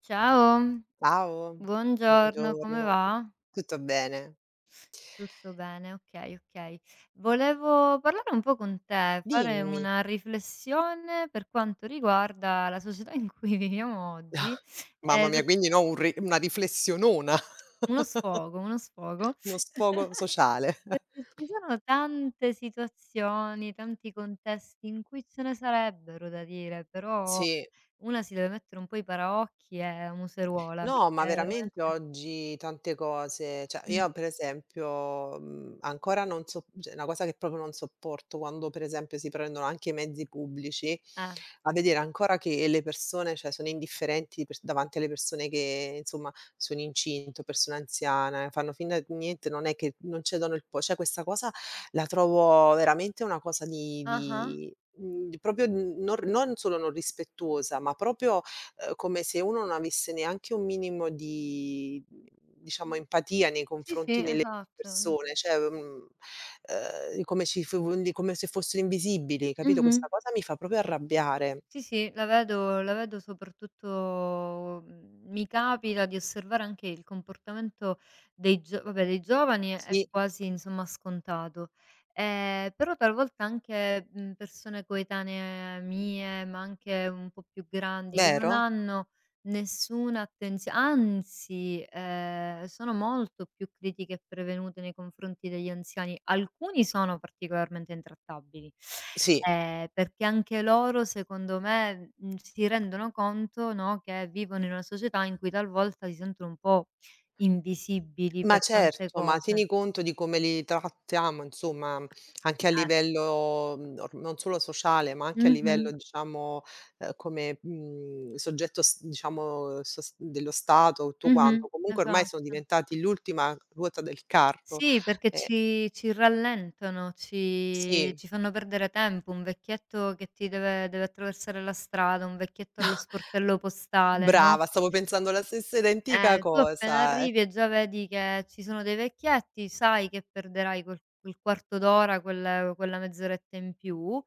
Ciao, Ciao, buongiorno, come buongiorno. va? Tutto bene? Tutto bene, okay, okay. Volevo parlare un po' con te, fare Dimmi. una riflessione per quanto riguarda la società in cui viviamo Ah, oggi, mamma mia, per quindi no, un ri una riflessionona, uno sfogo, uno sfogo sociale. perché ci sono tante situazioni, tanti contesti in cui ce ne sarebbero da dire, però Sì. una si deve mettere un po' i paraocchi e museruola, No, perché ma veramente veramente oggi tante cose, cioè mh, io per esempio, ancora non so, cioè una cosa che proprio non sopporto quando per esempio si prendono anche i mezzi pubblici, eh. a vedere ancora che le persone, cioè sono indifferenti pers davanti alle persone che insomma sono incinte o persone anziane, fanno finta di niente, non è che non cedono il po cioè questa cosa la trovo veramente una cosa di Ah-ah. di mhmm, di proprio n non solo non rispettosa, ma proprio come se uno non avesse neanche un minimo di, diciamo empatia nei Sì, sì, confronti delle esatto. Mh. persone, cioè, come ci fo come se fossero invisibili, capito? Mh-mh. Questa cosa mi fa proprio arrabbiare. Sì, sì, la vedo soprattutto, mi capita di osservare anche il comportamento dei giovani è Sì, quasi, insomma, scontato. Però talvolta anche, persone coetanee mie, ma anche un po' più grandi, che non vero? hanno nessuna attenzio anzi, sono molto più critiche e prevenute nei confronti degli anziani. Alcuni sono particolarmente intrattabili. Sì. Perché anche loro, secondo me, si rendono conto, no, che vivono in una società in cui talvolta si sentono un po' invisibili Ma per tante certo, ma cose. tieni conto di come li trattiamo, insomma, anche a Eh. livello, or non solo sociale, ma anche a Mh-mh. livello, diciamo, come, soggetto s diciamo sos dello Stato, tutto quanto. Mh-mh. Comunque ormai sono Esatto. diventati l'ultima ruota del carro. Sì, perché Ehm ci rallentano, ci sì, ci fanno perdere tempo. Un vecchietto che ti deve attraversare la strada, un vecchietto allo sportello postale, no? brava, stavo pensando la stessa identica Tu appena cosa. Eh. arrivi e già vedi che ci sono dei vecchietti, sai che perderai quel quarto d'ora, quella mezz'oretta in più,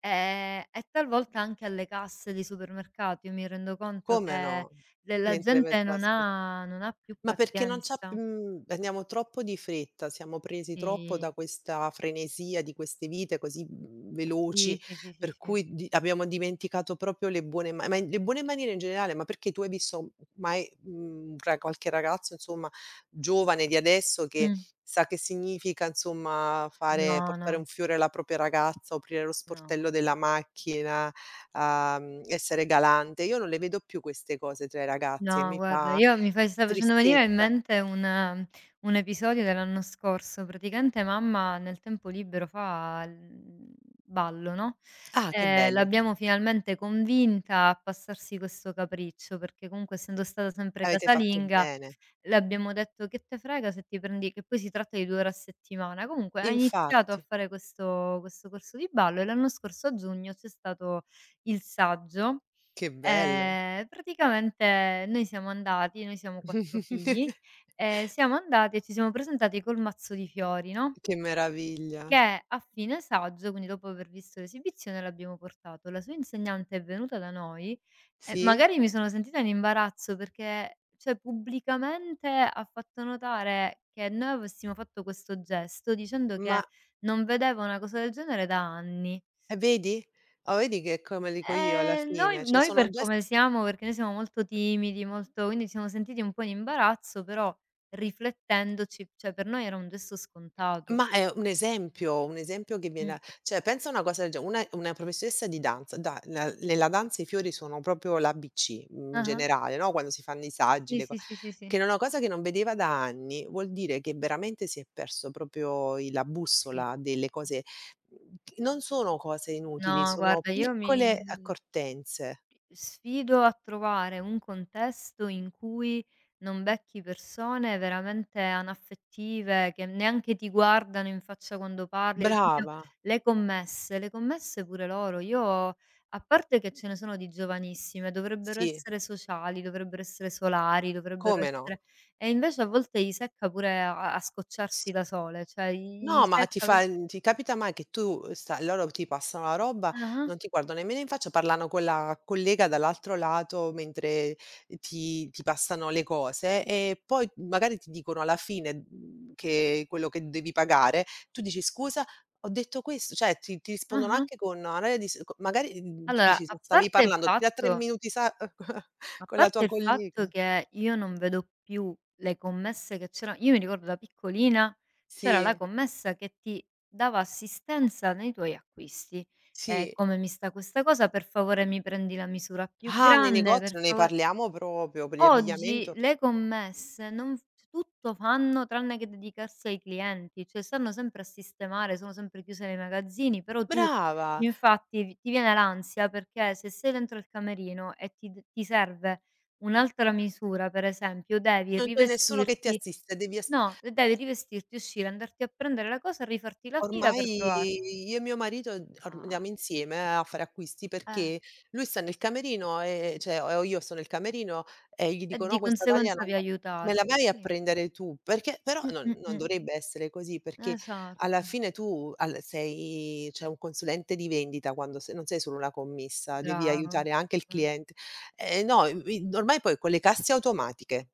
e talvolta anche alle casse dei supermercati. Io mi rendo conto Come che no? de la Mentre mi gente non trasmetti. ha non ha più Ma perché non c'ha, pazienza. Andiamo troppo di fretta, siamo presi troppo da Sì, questa frenesia di queste vite così, veloci, sì, sì, sì, sì, per sì. cui di abbiamo dimenticato proprio le buone le buone maniere in generale, ma perché tu hai visto mai, mhmm, ra qualche ragazzo, insomma, giovane di adesso che Mh. sa che significa, insomma, fare No, portare un no, fiore alla propria ragazza, aprire lo no. sportello della macchina, essere galante. Io non le vedo più queste cose tra i ragazzi e No, mi guarda, fa io mi fai stai facendo venire in tristezza. mente un episodio dell'anno scorso. Praticamente mamma nel tempo libero fa il ballo, no, Ah, che bello. l'abbiamo finalmente convinta a passarsi questo capriccio, perché comunque, essendo stata sempre Avete fatto casalinga, bene. le abbiamo detto: "Che te frega se ti prendi", che poi si tratta di 2 ore a settimana. Comunque ha iniziato a Infatti, fare questo corso di ballo e l'anno scorso a giugno c'è stato il saggio. che bello. Praticamente, noi siamo 4 figli, siamo andati e ci siamo presentati col mazzo di fiori, no, Che meraviglia. che a fine saggio, quindi dopo aver visto l'esibizione, l'abbiamo portato. La sua insegnante è venuta da noi e Sì, magari mi sono sentita in imbarazzo perché, cioè, pubblicamente ha fatto notare che noi avessimo fatto questo gesto, dicendo ma che non vedeva una cosa del genere da anni. e vedi? Oh, vedi che è come dico io alla fine, noi cioè noi sono per come gesti. siamo, perché noi siamo molto timidi, molto, quindi ci siamo sentiti un po' in imbarazzo, però, riflettendoci, cioè, per noi era un gesto scontato. Ma è un esempio che Mh. viene, cioè pensa a una cosa del ge una professoressa di danza, da la nella danza i fiori sono proprio l'ABC, in Ah-ah. generale, no, quando si fanno i saggi, Sì, le co sì, sì, sì, che sì. era una cosa che non vedeva da anni, vuol dire che veramente si è perso proprio i la Sì. bussola delle cose, che non sono cose No, inutili, sono guarda, io mi piccole accortenze. sfido a trovare un contesto in cui non becchi persone veramente anaffettive, che neanche ti guardano in faccia quando parli. Ad esempio Brava, le commesse, le commesse, pure loro, io, a parte che ce ne sono di giovanissime, dovrebbero sì, essere sociali, dovrebbero essere solari, dovrebbero come no. essere e invece a volte gli secca pure a scocciarsi S da sole, cioè gli No, ma ti secca. fa, ti capita mai che tu sta loro ti passano la roba, Ah-ah, non ti guardano nemmeno in faccia, parlano con la collega dall'altro lato mentre ti passano le cose e poi magari ti dicono alla fine, che quello che devi pagare, tu dici: "Scusa, ho detto questo", cioè ti rispondono ah-ah. anche con un'aria di s co magari, tu Allora, dici: "Ma a stavi parte il parlando da 3 fatto minuti sa A con la tua parte il collega". fatto che io non vedo più le commesse, che c'era, io mi ricordo da piccolina, c'era la Sì, commessa che ti dava assistenza nei tuoi acquisti. Sì. "Come mi sta questa cosa? Per favore mi prendi la misura più Ah, nei grande, negozi per non ne favo". parliamo proprio, per gli Oggi abbigliamento. le commesse non f tutto fanno tranne che dedicarsi ai clienti, cioè stanno sempre a sistemare, sono sempre chiuse nei magazzini, però tu, Brava, infatti, ti viene l'ansia, perché se sei dentro il camerino e ti serve un'altra misura, per esempio, devi non c'è nessuno che ti rivestirti assiste, devi as no, e devi rivestirti, uscire, andarti a prendere la cosa, rifarti la fila per ormai provare. io e mio marito orm Ah, andiamo insieme a fare acquisti eh, perché lui sta nel camerino, cioè o io sto nel camerino e gli e dico: "No, di questa taglia conseguenza non vi va. Me la aiutate, vai a sì. prendere tu?" Perché però Mh, non mh, non mh. dovrebbe essere così, perché Esatto. alla fine tu al sei, cioè un consulente di vendita, quando, se non sei solo una commessa, devi Bravo. aiutare anche il Bra cliente. No, i ormai poi con le casse automatiche.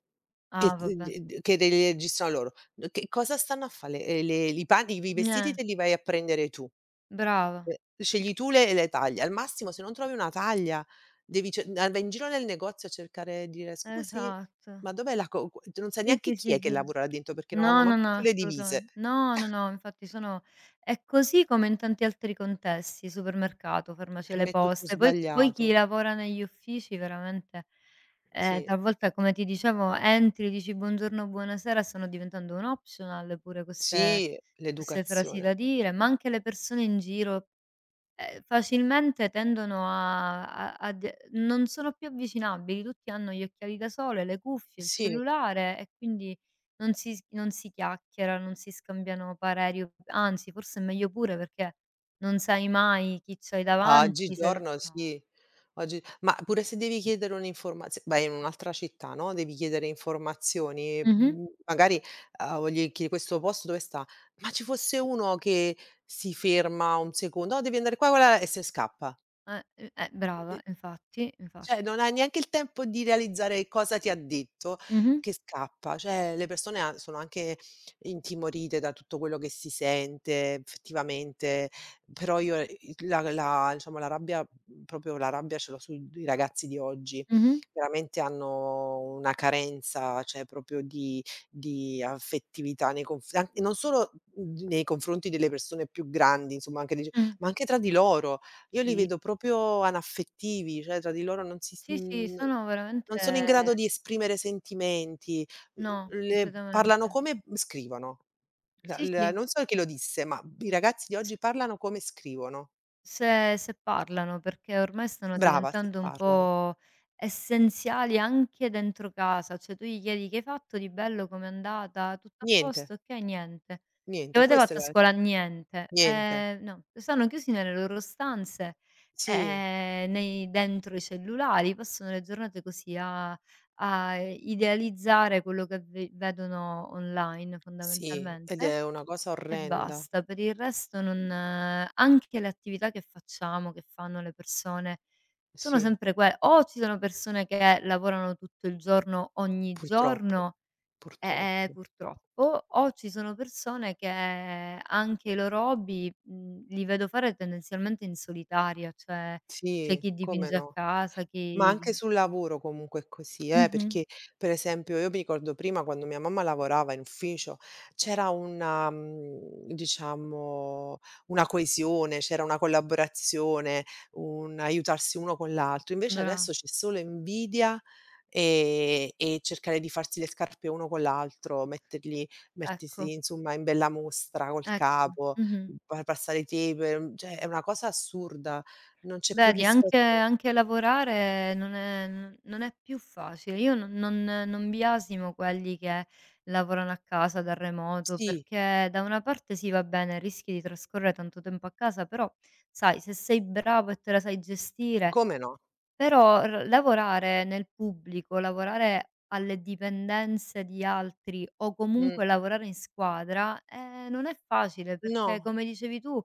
Che Ah, vabbè. che le registrano loro. Che cosa stanno a fa le, le i panti i vestiti Eh, te li vai a prendere tu. brava. Ehm, scegli tu le taglie. Al massimo, se non trovi una taglia, devi ce a vai in giro nel negozio a cercare di dire: "Scusi, Esatto. ma dov'è la co" qu non sai Sì, neanche sì, chi sì, è che sì. lavora là dentro perché non hanno No, no, manco no, più le divise. assolutamen no, no, no, infatti, sono è così, come in tanti altri contesti, supermercato, farmacia, Per le me è tutto poste. Poi chi sbagliato. lavora negli uffici veramente, Sì. talvolta, come ti dicevo, entri, dici: "Buongiorno, buonasera" e stanno diventando un optional pure queste Sì, frasi l'educazione. da dire, ma anche le persone in giro. Facilmente tendono a a a d non sono più avvicinabili, tutti hanno gli occhiali da sole, le cuffie, il Sì. cellulare e quindi non si chiacchiera, non si scambiano pareri, o anzi forse è meglio pure, perché non sai mai chi c'hai Ah, davanti, se le oggigiorno no. sì. Oggi, ma pure se devi chiedere un'informazio, beh, in un'altra città, no, devi chiedere informazioni, Mh-mh. Magari, gli chiedi: "Questo posto dove sta? Ma ci fosse uno che si ferma un secondo. No, devi andare qua, qua, là" e se scappa. Brava, infatti, Cioè, infatti. non hai neanche il tempo di realizzare cosa ti ha detto, Mh-mh, che scappa. Cioè, le persone han sono anche intimorite da tutto quello che si sente effettivamente, però io, i la la diciamo la rabbia, proprio la rabbia ce l'ho sui i ragazzi di oggi. mh-mh, Veramente hanno una carenza, cioè proprio di affettività nei conf an non solo, nei confronti delle persone più grandi, insomma anche dice mh. ma anche tra di loro. Io li Sì, vedo proprio anaffettivi, cioè tra di loro non sì, sì, sono non sono in grado veramente, di esprimere sentimenti, uhm, no, le parlano completamente. come, scrivono. La Sì, la sì. non so chi lo disse, ma i ragazzi di oggi S parlano come scrivono. Se se parlano, perché ormai stanno Brava, se diventando un parlano. po' essenziali anche dentro casa, cioè tu gli chiedi: "Che hai fatto di bello? Com'è andata? Tutto a Niente, posto? Okay, niente. Che niente, avete questa è fatto a la scuola? Niente." niente. No, stanno chiusi nelle loro stanze, Sì, nei dentro i cellulari, passano le giornate così a idealizzare quello che ve vedono online, sì, ed fondamentalmente, è una cosa e orrenda. basta. Per il resto non Anche le attività che facciamo, che fanno le persone, sono Sì, sempre que. O ci sono persone che lavorano tutto il giorno, ogni purtroppo, giorno, purtroppo. purtroppo, o ci sono persone che anche i loro hobby, li vedo fare tendenzialmente in solitaria, cioè c'è Sì, chi come dipinge a no. casa, Ma anche chi. sul lavoro comunque è così, Mh-mh. perché per esempio io mi ricordo prima, quando mia mamma lavorava in ufficio, c'era una, diciamo una coesione, c'era una collaborazione, un aiutarsi uno con l'altro. Invece Bra adesso c'è solo invidia, e cercare di farsi le scarpe uno con l'altro, metterli mettersi Ecco, insomma in bella mostra col ecco. capo, Mh-mh. pa passare i tape, cioè è una cosa assurda, non c'è più Vedi, anche rispetto. Lavorare non è n non è più facile. Io non biasimo quelli che lavorano a casa da remoto, Sì. perché da una parte, sì, va bene, rischi di trascorrere tanto tempo a casa, però, sai, se sei bravo e te la sai gestire. Come no? Però r lavorare nel pubblico, lavorare alle dipendenze di altri, o Mh, comunque lavorare in squadra, non è facile, perché, no, come dicevi tu,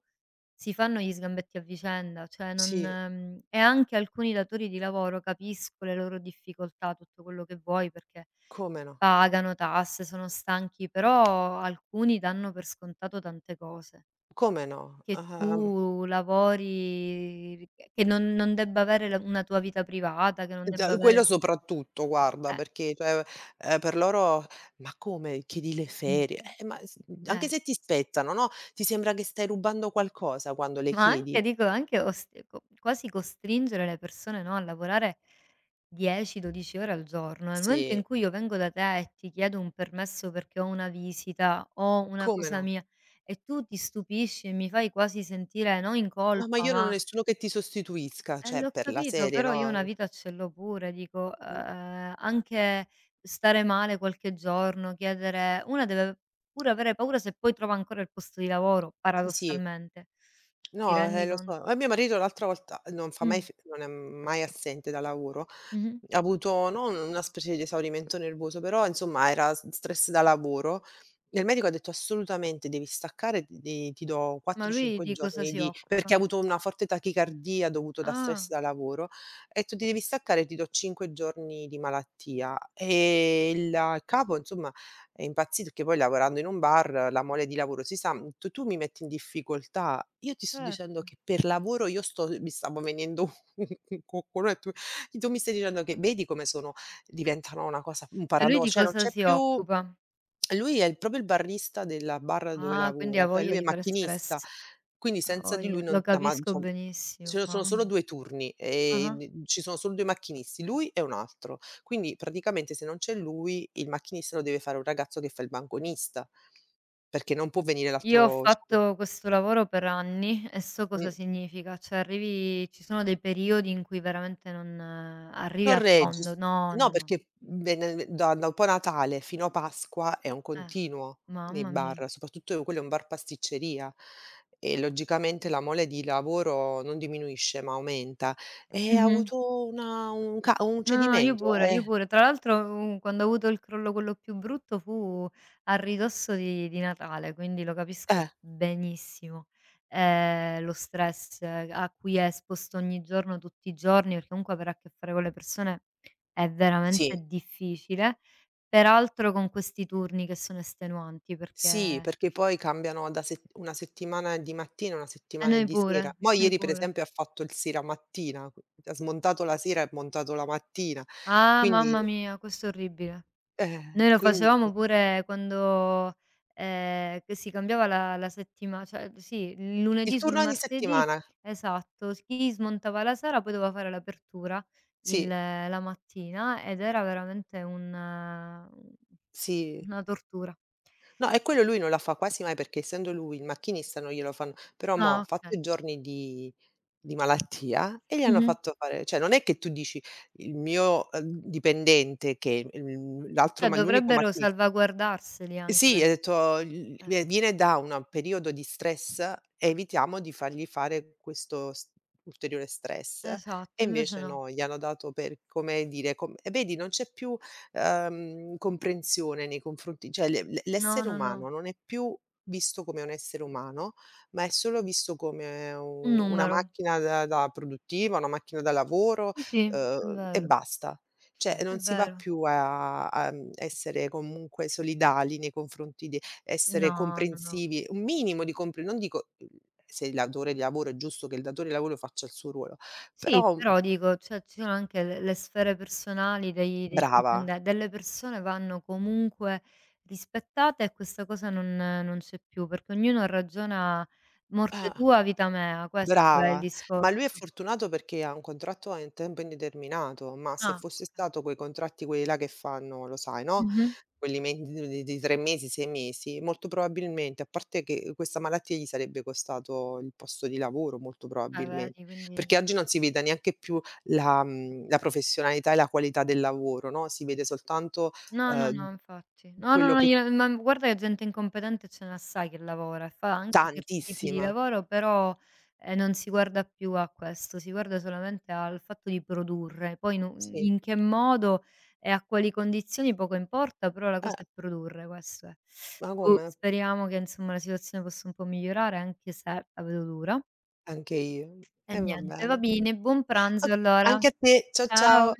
si fanno gli sgambetti a vicenda, cioè non. sì, Mhmm, e anche alcuni datori di lavoro, capisco le loro difficoltà, tutto quello che vuoi, perché come no, pagano tasse, sono stanchi, però alcuni danno per scontato tante cose. come no, Che tu lavori, che non debba avere la una tua vita privata, che non debba d quello avere soprattutto guarda, eh, perché cioè, per loro: "Ma come chiedi le ferie?" mh, ma s anche eh. se ti spettano, no, ti sembra che stai rubando qualcosa quando le Ma chiedi. anche, dico, anche ost co quasi costringere le persone, no, a lavorare 10, 12 ore al giorno. Nel momento Sì, in cui io vengo da te e ti chiedo un permesso perché ho una visita, ho una come cosa no? mia, e tu ti stupisci e mi fai quasi sentire non in No, ma colpa, io non ho ma. nessuno che ti sostituisca, cioè L'ho per la capito, serie, però io una no, vita ce l'ho pure, dico, mh, anche stare male qualche giorno, chiedere una. Deve pure avere paura se poi trova ancora il posto di lavoro, sì, sì. paradossalmente. Ti No, rendi lo conto? so. E mio marito l'altra volta, Mh, non è mai assente da lavoro. mh-mh. Ha avuto non una specie di esaurimento nervoso, però insomma era s stress da lavoro, e il medico ha detto: "Assolutamente devi staccare, ti do Ma 4, lui 5 di cosa giorni si di" perché occupa? ha avuto una forte tachicardia dovuto da stress Ah, da lavoro. "E tu ti devi staccare, ti do 5 giorni di malattia". E il capo insomma è impazzito, che poi lavorando in un bar, la mole di lavoro si sa, tu mi metti in difficoltà. Io ti sto dicendo certo. che per lavoro io sto mi stavo venendo un coccolò e tu mi stai dicendo che vedi come sono, diventano una cosa, un E lui paradosso, di cioè non cosa c'è si più. occupa? Lui è il proprio il barista della bar dove Ah, quindi lavora, ha cioè voglia lui è di fare macchinista, stress. quindi Ha senza di voglia, lui lo non la, ma capisco diciamo benissimo, ce ne sono mamma solo mia. 2 turni, Ah-ah. n ci sono solo 2 macchinisti, lui e un altro. Quindi praticamente se non c'è lui, il macchinista lo deve fare un ragazzo che fa il banconista, perché non può venire Io ho l'altro, diciamo. fatto questo lavoro per anni e so cosa Mh. significa, cioè arrivi, ci sono dei periodi in cui veramente non arrivi Non al fondo. regis No, no no, no. perché, bene da da un po' Natale fino a Pasqua è un Eh, continuo nei mamma mia. bar, soprattutto quello è un bar pasticceria, e logicamente la mole di lavoro non diminuisce, ma aumenta, e ha Mh-mh. avuto una un No, no, no, io cedimento, pure, io pure. Tra l'altro, quando ho avuto il crollo, quello più brutto, fu a ridosso di Natale, quindi lo capisco eh, benissimo. Lo stress, a cui è esposto ogni giorno, tutti i giorni, perché, comunque, avere a che fare con le persone è sì, veramente difficile, peraltro con questi turni che sono estenuanti, sì, perché perché poi cambiano da set una settimana è di mattina, una e settimana è noi di pure, sera. Mo' noi ieri per pure. esempio ha fatto il sera mattina, ha smontato la sera e montato la mattina, Ah, quindi, mamma mia, questo è orribile. Noi lo quindi. facevamo pure quando, che si cambiava la la settima cioè sì, il Il lunedì sul turno ogni martedì, settimana. esatto, chi smontava la sera poi doveva fare l'apertura il Sì, la mattina, ed era veramente un sì. una tortura. No, e quello lui non la fa quasi mai perché essendo lui il macchinista non glielo fanno, però mo' ha Ah, fatto i okay. giorni di malattia e gli hanno Mh-mh. fatto fare, cioè non è che tu dici: "Il mio, dipendente che, Cioè l'unico dovrebbero macchini" salvaguardarseli Eh sì, hai anche, detto l eh. vie viene da una periodo di stress, e evitiamo di fargli fare questo s ulteriore stress, e Esatto, invece invece no. no, gli hanno dato, per come dire, com e vedi non c'è più, comprensione nei confronti, cioè No, l'essere no, umano no. non è più visto come un essere umano, ma è solo visto come Un u una numero. macchina da da produttiva, una macchina da lavoro, Sì, sì, è e vero, basta. Cioè, è non si va vero. più a essere comunque solidali nei confronti di essere No, no, no. comprensivi, un minimo di compre non dico, se il datore di lavoro, è giusto che il datore di lavoro faccia il suo ruolo, Sì, però, però dico, cioè, ci sono anche le sfere personali dei dei brava. dipende delle persone, vanno comunque rispettate, e questa cosa non c'è più, perché ognuno ragiona morte Eh. tua, vita mea, questo è il Brava, ma lui è discorso. fortunato perché ha un contratto a in tempo indeterminato, ma se Ah, fosse okay. stato quei contratti quelli là che fanno, lo sai, no, Mh-mh. quelli men di 3 mesi, 6 mesi, molto probabilmente, a parte che questa malattia gli sarebbe costato il posto di lavoro, molto Eh, probabilmente, vedi, quindi. perché oggi non si vede neanche più la, la professionalità e la qualità del lavoro, no, si vede soltanto, No, no, ehm, no, infatti. No, no, quello no, che io ma guarda che gente incompetente ce ne assai, che lavora e fa anche certi tipi di tantissima, lavoro, però, non si guarda più a questo, si guarda solamente al fatto di produrre. Poi nu sì. in che modo e a quali condizioni poco importa, però la Eh, cosa è produrre, questo è. ma Boh, come? speriamo che, insomma, la situazione possa un po' migliorare, anche se la vedo dura. Anche io. E E va niente, bene. va bene, buon O pranzo allora. anche a te. Ciao, Ciao. ciao.